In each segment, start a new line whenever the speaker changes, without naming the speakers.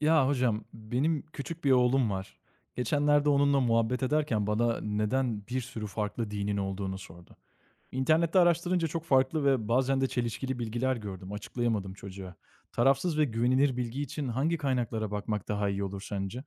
Ya hocam, benim küçük bir oğlum var. Geçenlerde onunla muhabbet ederken bana neden bir sürü farklı dinin olduğunu sordu. İnternette araştırınca çok farklı ve bazen de çelişkili bilgiler gördüm. Açıklayamadım çocuğa. Tarafsız ve güvenilir bilgi için hangi kaynaklara bakmak daha iyi olur sence?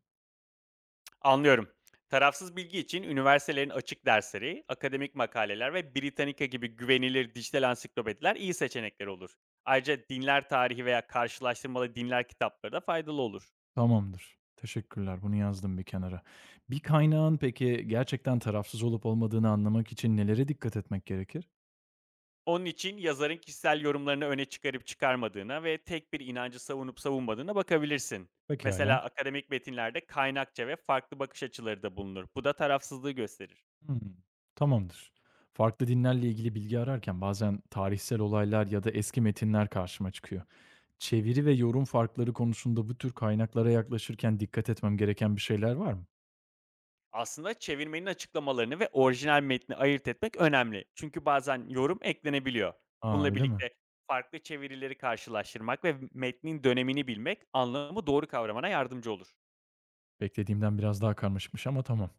Anlıyorum. Tarafsız bilgi için üniversitelerin açık dersleri, akademik makaleler ve Britannica gibi güvenilir dijital ansiklopediler iyi seçenekler olur. Ayrıca dinler tarihi veya karşılaştırmalı dinler kitapları da faydalı olur.
Tamamdır. Teşekkürler. Bunu yazdım bir kenara. Bir kaynağın peki gerçekten tarafsız olup olmadığını anlamak için nelere dikkat etmek gerekir?
Onun için yazarın kişisel yorumlarını öne çıkarıp çıkarmadığına ve tek bir inancı savunup savunmadığına bakabilirsin. Mesela
Pekala.
akademik metinlerde kaynakça ve farklı bakış açıları da bulunur. Bu da tarafsızlığı gösterir.
Hımm. Tamamdır. Farklı dinlerle ilgili bilgi ararken bazen tarihsel olaylar ya da eski metinler karşıma çıkıyor. Çeviri ve yorum farkları konusunda bu tür kaynaklara yaklaşırken dikkat etmem gereken bir şeyler var mı?
Aslında çevirmenin açıklamalarını ve orijinal metni ayırt etmek önemli. Çünkü bazen yorum eklenebiliyor.
A,
Bununla
öyle mi?
birlikte farklı çevirileri karşılaştırmak ve metnin dönemini bilmek anlamı doğru kavramana yardımcı olur.
Beklediğimden biraz daha karmaşıkmış ama tamam.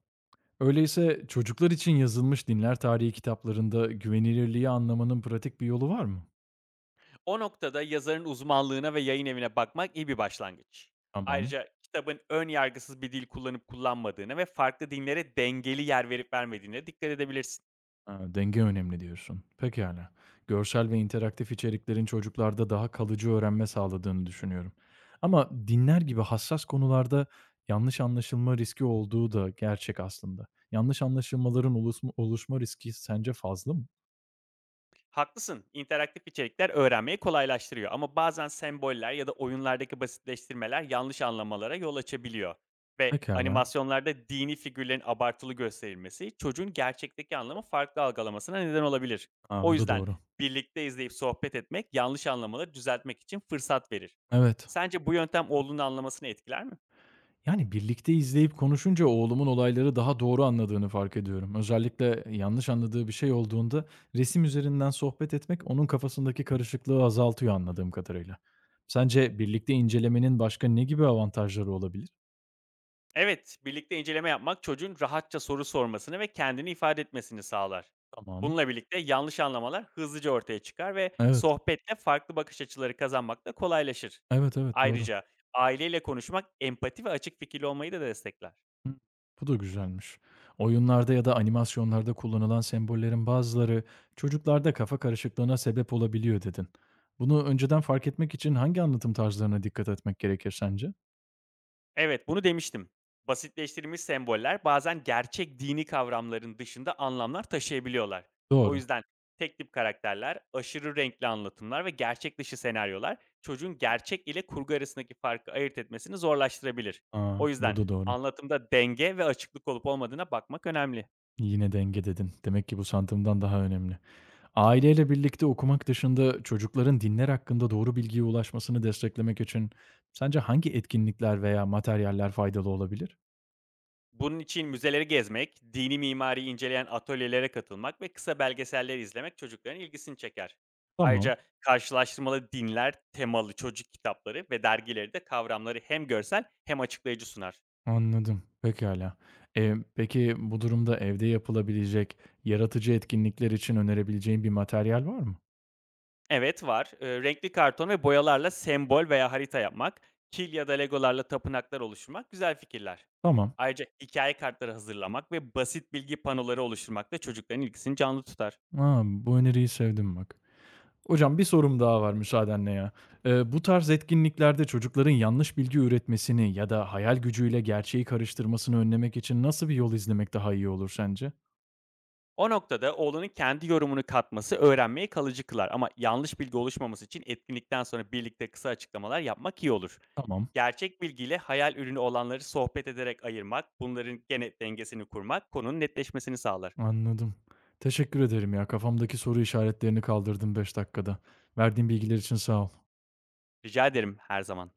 Öyleyse çocuklar için yazılmış dinler tarihi kitaplarında güvenilirliği anlamanın pratik bir yolu var mı?
O noktada yazarın uzmanlığına ve yayın evine bakmak iyi bir başlangıç.
Tamam.
Ayrıca kitabın ön yargısız bir dil kullanıp kullanmadığını ve farklı dinlere dengeli yer verip vermediğine dikkat edebilirsin.
Ha, denge önemli diyorsun. Pekâlâ. Görsel ve interaktif içeriklerin çocuklarda daha kalıcı öğrenme sağladığını düşünüyorum. Ama dinler gibi hassas konularda yanlış anlaşılma riski olduğu da gerçek aslında. Yanlış anlaşılmaların oluşma riski sence fazla mı?
Haklısın. İnteraktif içerikler öğrenmeyi kolaylaştırıyor ama bazen semboller ya da oyunlardaki basitleştirmeler yanlış anlamalara yol açabiliyor. Ve
Pekâlâ.
animasyonlarda dini figürlerin abartılı gösterilmesi çocuğun gerçekteki anlamı farklı algılamasına neden olabilir.
A,
O
bu da
yüzden
doğru.
birlikte izleyip sohbet etmek yanlış anlamaları düzeltmek için fırsat verir.
Evet.
Sence bu yöntem oğlunun anlamasını etkiler mi?
Yani birlikte izleyip konuşunca oğlumun olayları daha doğru anladığını fark ediyorum. Özellikle yanlış anladığı bir şey olduğunda resim üzerinden sohbet etmek onun kafasındaki karışıklığı azaltıyor anladığım kadarıyla. Sence birlikte incelemenin başka ne gibi avantajları olabilir?
Evet, birlikte inceleme yapmak çocuğun rahatça soru sormasını ve kendini ifade etmesini sağlar.
Tamam.
Bununla birlikte yanlış anlamalar hızlıca ortaya çıkar ve
Evet.
sohbette farklı bakış açıları kazanmak da kolaylaşır.
Evet evet doğru.
Ayrıca aileyle konuşmak empati ve açık fikirli olmayı da destekler.
Hı, bu da güzelmiş. Oyunlarda ya da animasyonlarda kullanılan sembollerin bazıları çocuklarda kafa karışıklığına sebep olabiliyor dedin. Bunu önceden fark etmek için hangi anlatım tarzlarına dikkat etmek gerekir sence?
Evet, bunu demiştim. Basitleştirilmiş semboller bazen gerçek dini kavramların dışında anlamlar taşıyabiliyorlar. O
Doğru.
yüzden tek tip karakterler, aşırı renkli anlatımlar ve gerçek dışı senaryolar çocuğun gerçek ile kurgu arasındaki farkı ayırt etmesini zorlaştırabilir.
A!
O yüzden
Bu da doğru.
anlatımda denge ve açıklık olup olmadığına bakmak önemli.
Yine denge dedin. Demek ki bu sandığımdan daha önemli. Aileyle birlikte okumak dışında çocukların dinler hakkında doğru bilgiye ulaşmasını desteklemek için sence hangi etkinlikler veya materyaller faydalı olabilir?
Bunun için müzeleri gezmek, dini mimariyi inceleyen atölyelere katılmak ve kısa belgeseller izlemek çocukların ilgisini çeker.
Tamam,
Ayrıca karşılaştırmalı dinler, temalı çocuk kitapları ve dergileri de kavramları hem görsel hem açıklayıcı sunar.
anladım. Pekâlâ. Peki bu durumda evde yapılabilecek yaratıcı etkinlikler için önerebileceğin bir materyal var mı?
Evet var, renkli karton ve boyalarla sembol veya harita yapmak, kil ya da legolarla tapınaklar oluşturmak güzel fikirler.
Tamam.
Ayrıca hikaye kartları hazırlamak ve basit bilgi panoları oluşturmak da çocukların ilgisini canlı tutar.
A! Bu öneriyi sevdim bak. Hocam bir sorum daha var müsaadenle ya. Bu tarz etkinliklerde çocukların yanlış bilgi üretmesini ya da hayal gücüyle gerçeği karıştırmasını önlemek için nasıl bir yol izlemek daha iyi olur sence?
O noktada oğlanın kendi yorumunu katması öğrenmeyi kalıcı kılar ama yanlış bilgi oluşmaması için etkinlikten sonra birlikte kısa açıklamalar yapmak iyi olur.
Tamam,
Gerçek bilgiyle hayal ürünü olanları sohbet ederek ayırmak, bunların gene dengesini kurmak konunun netleşmesini sağlar.
anladım. Teşekkür ederim ya. Kafamdaki soru işaretlerini kaldırdım 5 dakikada. Verdiğin bilgiler için sağ ol.
Rica ederim her zaman.